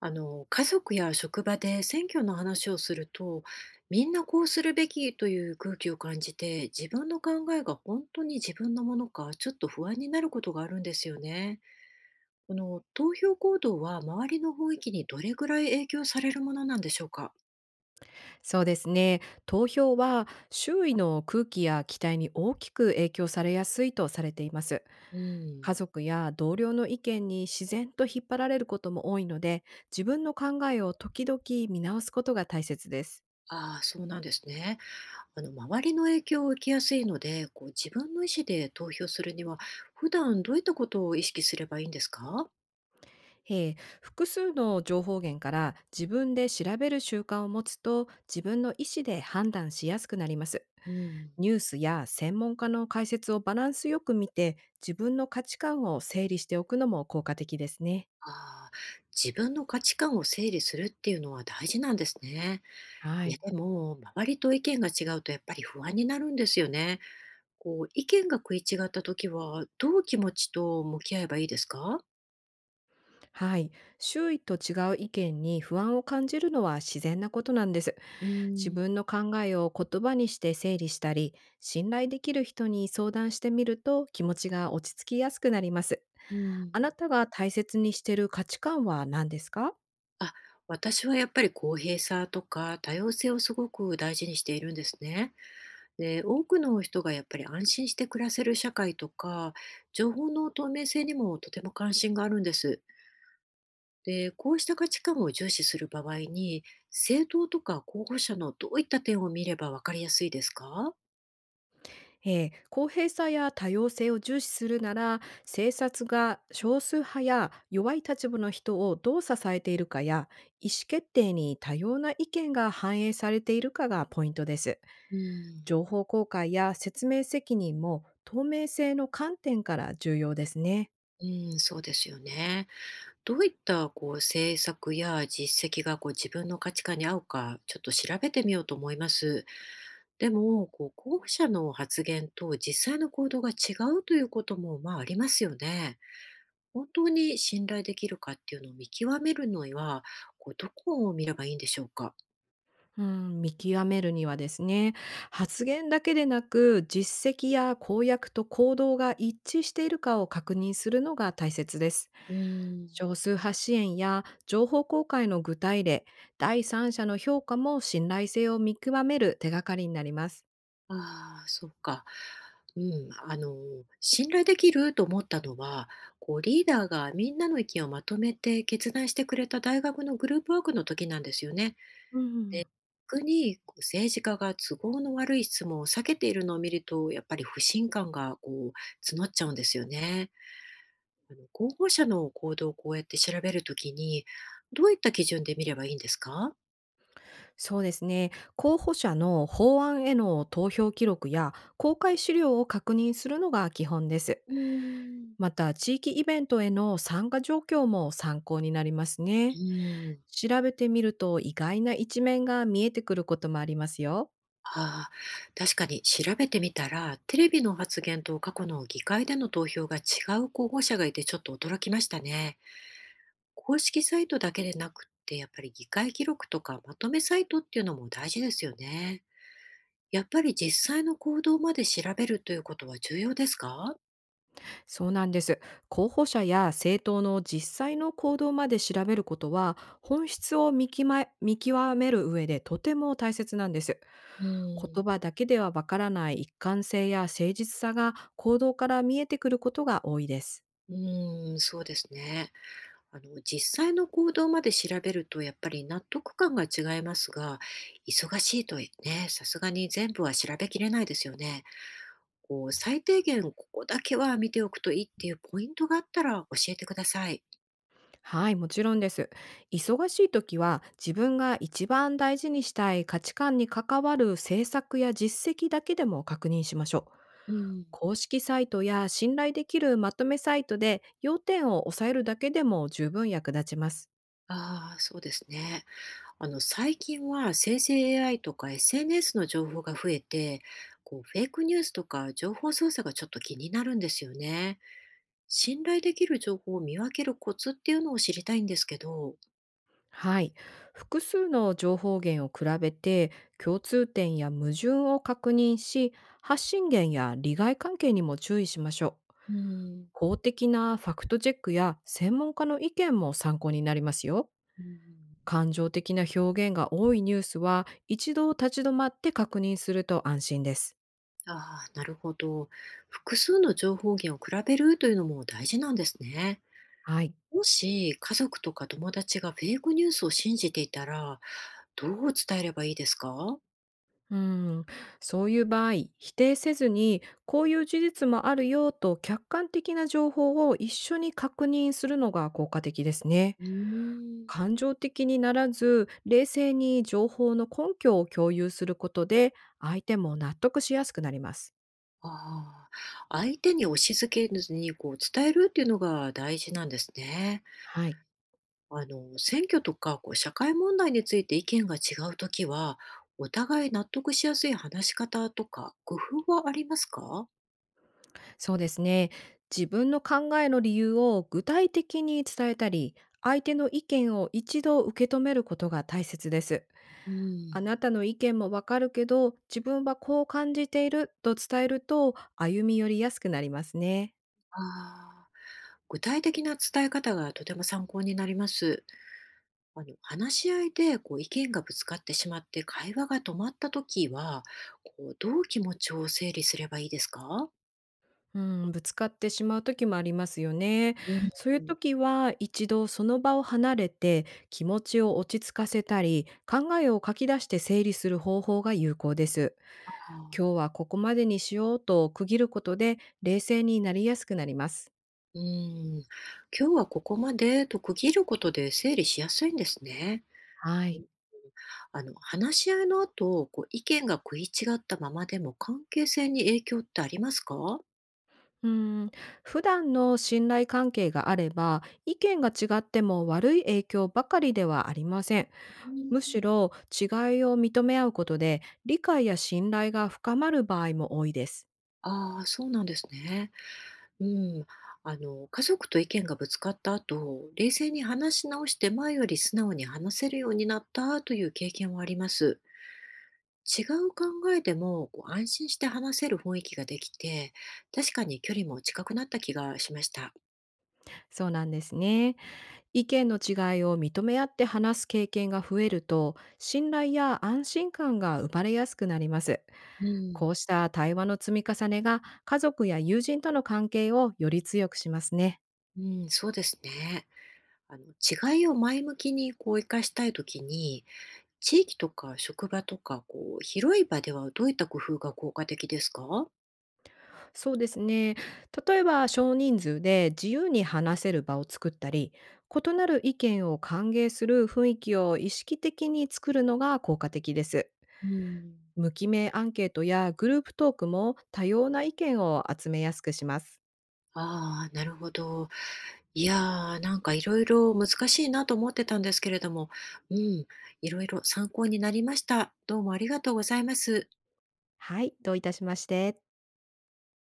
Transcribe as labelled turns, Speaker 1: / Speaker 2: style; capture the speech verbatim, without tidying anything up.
Speaker 1: あの家族や職場で選挙の話をするとみんなこうするべきという空気を感じて自分の考えが本当に自分のものかちょっと不安になることがあるんですよね。この投票行動は周りの雰囲気にどれぐらい影響されるものなんでしょうか？
Speaker 2: そうですね。投票は周囲の空気や期待に大きく影響されやすいとされています。
Speaker 1: う
Speaker 2: 家
Speaker 1: ん。
Speaker 2: 族や同僚の意見に自然と引っ張られることも多いので、自分の考えを時々見直すことが大切です。
Speaker 1: ああ、そうなんですね。あの周りの影響を受けやすいのでこう自分の意思で投票するには普段どういったことを意識すればいいんですか？
Speaker 2: えー複数の情報源から自分で調べる習慣を持つと、自分の意思で判断しやすくなります。
Speaker 1: うん。
Speaker 2: ニュースや専門家の解説をバランスよく見て、自分の価値観を整理しておくのも効果的ですね。
Speaker 1: ああ、自分の価値観を整理するっていうのは大事なんですね。
Speaker 2: は
Speaker 1: いや、
Speaker 2: い。
Speaker 1: でも、周りと意見が違うとやっぱり不安になるんですよね。こう、意見が食い違った時は、どう気持ちと向き合えばいいですか？
Speaker 2: はい。周囲と違う意見に不安を感じるのは自然なことなんです。
Speaker 1: うー
Speaker 2: 自
Speaker 1: ん、
Speaker 2: 分の考えを言葉にして整理したり、信頼できる人に相談してみると、気持ちが落ち着きやすくなります。
Speaker 1: うー
Speaker 2: あ
Speaker 1: ん。
Speaker 2: なたが大切にしている価値観は何ですか？
Speaker 1: あ、私はやっぱり公平さとか多様性をすごく大事にしているんですね。で、多くの人がやっぱり安心して暮らせる社会とか、情報の透明性にもとても関心があるんです。で、こうした価値観を重視する場合に、政党とか候補者のどういった点を見れば分かりやすいですか？
Speaker 2: えー公平さや多様性を重視するなら、政策が少数派や弱い立場の人をどう支えているかや、意思決定に多様な意見が反映されているかがポイントです。
Speaker 1: うん、
Speaker 2: 情報公開や説明責任も、透明性の観点から重要ですね。
Speaker 1: うん、そうですよね。どういったこう政策や実績がこう自分の価値観に合うか、ちょっと調べてみようと思います。でも、こう候補者の発言と実際の行動が違うということもまあありますよね。本当に信頼できるかっていうのを見極めるのには、こうどこを見ればいいんでしょうか。
Speaker 2: うん、見極めるにはですね、発言だけでなく、実績や公約と行動が一致しているかを確認するのが大切です。
Speaker 1: うん。
Speaker 2: 少数派支援や情報公開の具体例、第三者の評価も、信頼性を見極める手がかりになります。
Speaker 1: ああ、そうか。うん、あの、信頼できると思ったのは、こう、リーダーがみんなの意見をまとめて決断してくれた大学のグループワークの時なんですよね。
Speaker 2: うん、
Speaker 1: 特にこう政治家が都合の悪い質問を避けているのを見ると、やっぱり不信感がこう募っちゃうんですよね。あの候補者の行動をこうやって調べるときに、どういった基準で見ればいいんですか？
Speaker 2: そうですね、候補者の法案への投票記録や公開資料を確認するのが基本です。
Speaker 1: うーん。
Speaker 2: また、地域イベントへの参加状況も参考になります
Speaker 1: う
Speaker 2: ね。
Speaker 1: ーん。
Speaker 2: 調べてみると、意外な一面が見えてくることもありますよ。
Speaker 1: ああ、確かに調べてみたら、テレビの発言と過去の議会での投票が違う候補者がいてちょっと驚きましたね。公式サイトだけでなくって、やっぱり議会記録とかまとめサイトっていうのも大事ですよね。やっぱり実際の行動まで調べるということは重要ですか？
Speaker 2: そうなんです。候補者や政党の実際の行動まで調べることは、本質を見きま見極める上でとても大切なんです。
Speaker 1: う
Speaker 2: 言
Speaker 1: ん。
Speaker 2: 葉だけではわからない一貫性や誠実さが、行動から見えてくることが多いです。
Speaker 1: うん、そうですね。あの、実際の行動まで調べると、やっぱり納得感が違いますが、忙しいとね、さすがに全部は調べきれないですよね。こう最低限ここだけは見ておくといいっていうポイントがあったら教えてください。
Speaker 2: はい、もちろんです。忙しい時は、自分が一番大事にしたい価値観に関わる政策や実績だけでも確認しましょう。
Speaker 1: うん。
Speaker 2: 公式サイトや信頼できるまとめサイトで要点を抑えるだけでも、十分役立ちます。
Speaker 1: ああ、そうですね。あの、最近は生成 エーアイ とか エスエヌエス の情報が増えて、こう、フェイクニュースとか情報操作がちょっと気になるんですよね。信頼できる情報を見分けるコツっていうのを知りたいんですけど。
Speaker 2: はい。複数の情報源を比べて、共通点や矛盾を確認し、発信源や利害関係にも注意しましょう。
Speaker 1: うん。
Speaker 2: 公的なファクトチェックや専門家の意見も参考になりますよ。
Speaker 1: うん、
Speaker 2: 感情的な表現が多いニュースは、一度立ち止まって確認すると安心です。
Speaker 1: ああ、なるほど。複数の情報源を比べるというのも大事なんですね。
Speaker 2: はい。
Speaker 1: もし家族とか友達がフェイクニュースを信じていたら、どう伝えればいいですか？
Speaker 2: うん、そういう場合、否定せずに、こういう事実もあるよと客観的な情報を一緒に確認するのが効果的ですね。
Speaker 1: うーん。
Speaker 2: 感情的にならず、冷静に情報の根拠を共有することで、相手も納得しやすくなります。
Speaker 1: ああ、相手に押し付けずにこう伝えるっていうのが大事なんですね。
Speaker 2: はい。
Speaker 1: あの、選挙とかこう社会問題について意見が違うときは、お互い納得しやすい話し方とか工夫はありますか？
Speaker 2: そうですね。自分の考えの理由を具体的に伝えたり、相手の意見を一度受け止めることが大切です。
Speaker 1: うん。
Speaker 2: あなたの意見もわかるけど、自分はこう感じていると伝えると、歩み寄りやすくなりますね。
Speaker 1: ああ、具体的な伝え方がとても参考になります。あの話し合いでこう意見がぶつかってしまって会話が止まった時はこうどう気持ちを整理すればいいですか？
Speaker 2: うん、ぶつかってしまう時もありますよね。
Speaker 1: うん、
Speaker 2: そういう時は、一度その場を離れて気持ちを落ち着かせたり、考えを書き出して整理する方法が有効です。
Speaker 1: あー
Speaker 2: 今日はここまでにしようと区切ることで、冷静になりやすくなります。
Speaker 1: うん、今日はここまでと区切ることで整理しやすいんですね。
Speaker 2: は
Speaker 1: う
Speaker 2: い。
Speaker 1: ん。あの話し合いの後こう意見が食い違ったままでも関係性に影響ってありますか？
Speaker 2: うん、普段の信頼関係があれば、意見が違っても悪い影響ばかりではありません。
Speaker 1: うん。
Speaker 2: むしろ違いを認め合うことで、理解や信頼が深まる場合も多いです。
Speaker 1: ああ、そうなんですね。うん、あの、家族と意見がぶつかった後、冷静に話し直して前より素直に話せるようになったという経験はあります。違う考えでもこう安心して話せる雰囲気ができて、確かに距離も近くなった気がしました。
Speaker 2: そうなんですね。意見の違いを認め合って話す経験が増えると、信頼や安心感が生まれやすくなります。
Speaker 1: う
Speaker 2: こ
Speaker 1: ん、
Speaker 2: うした対話の積み重ねが、家族や友人との関係をより強くしますね。
Speaker 1: うん、そうですね。あの、違いを前向きにこう生かしたいときに、地域とか職場とかこう広い場ではどういった工夫が効果的ですか？
Speaker 2: そうですね。例えば少人数で自由に話せる場を作ったり、異なる意見を歓迎する雰囲気を意識的に作るのが効果的です。
Speaker 1: うん。
Speaker 2: 無記名アンケートやグループトークも、多様な意見を集めやすくします。
Speaker 1: ああ、なるほど。いやー、なんかいろいろ難しいなと思ってたんですけれども、うん、いろいろ参考になりました。どうもありがとうございます。
Speaker 2: はい、どういたしまして。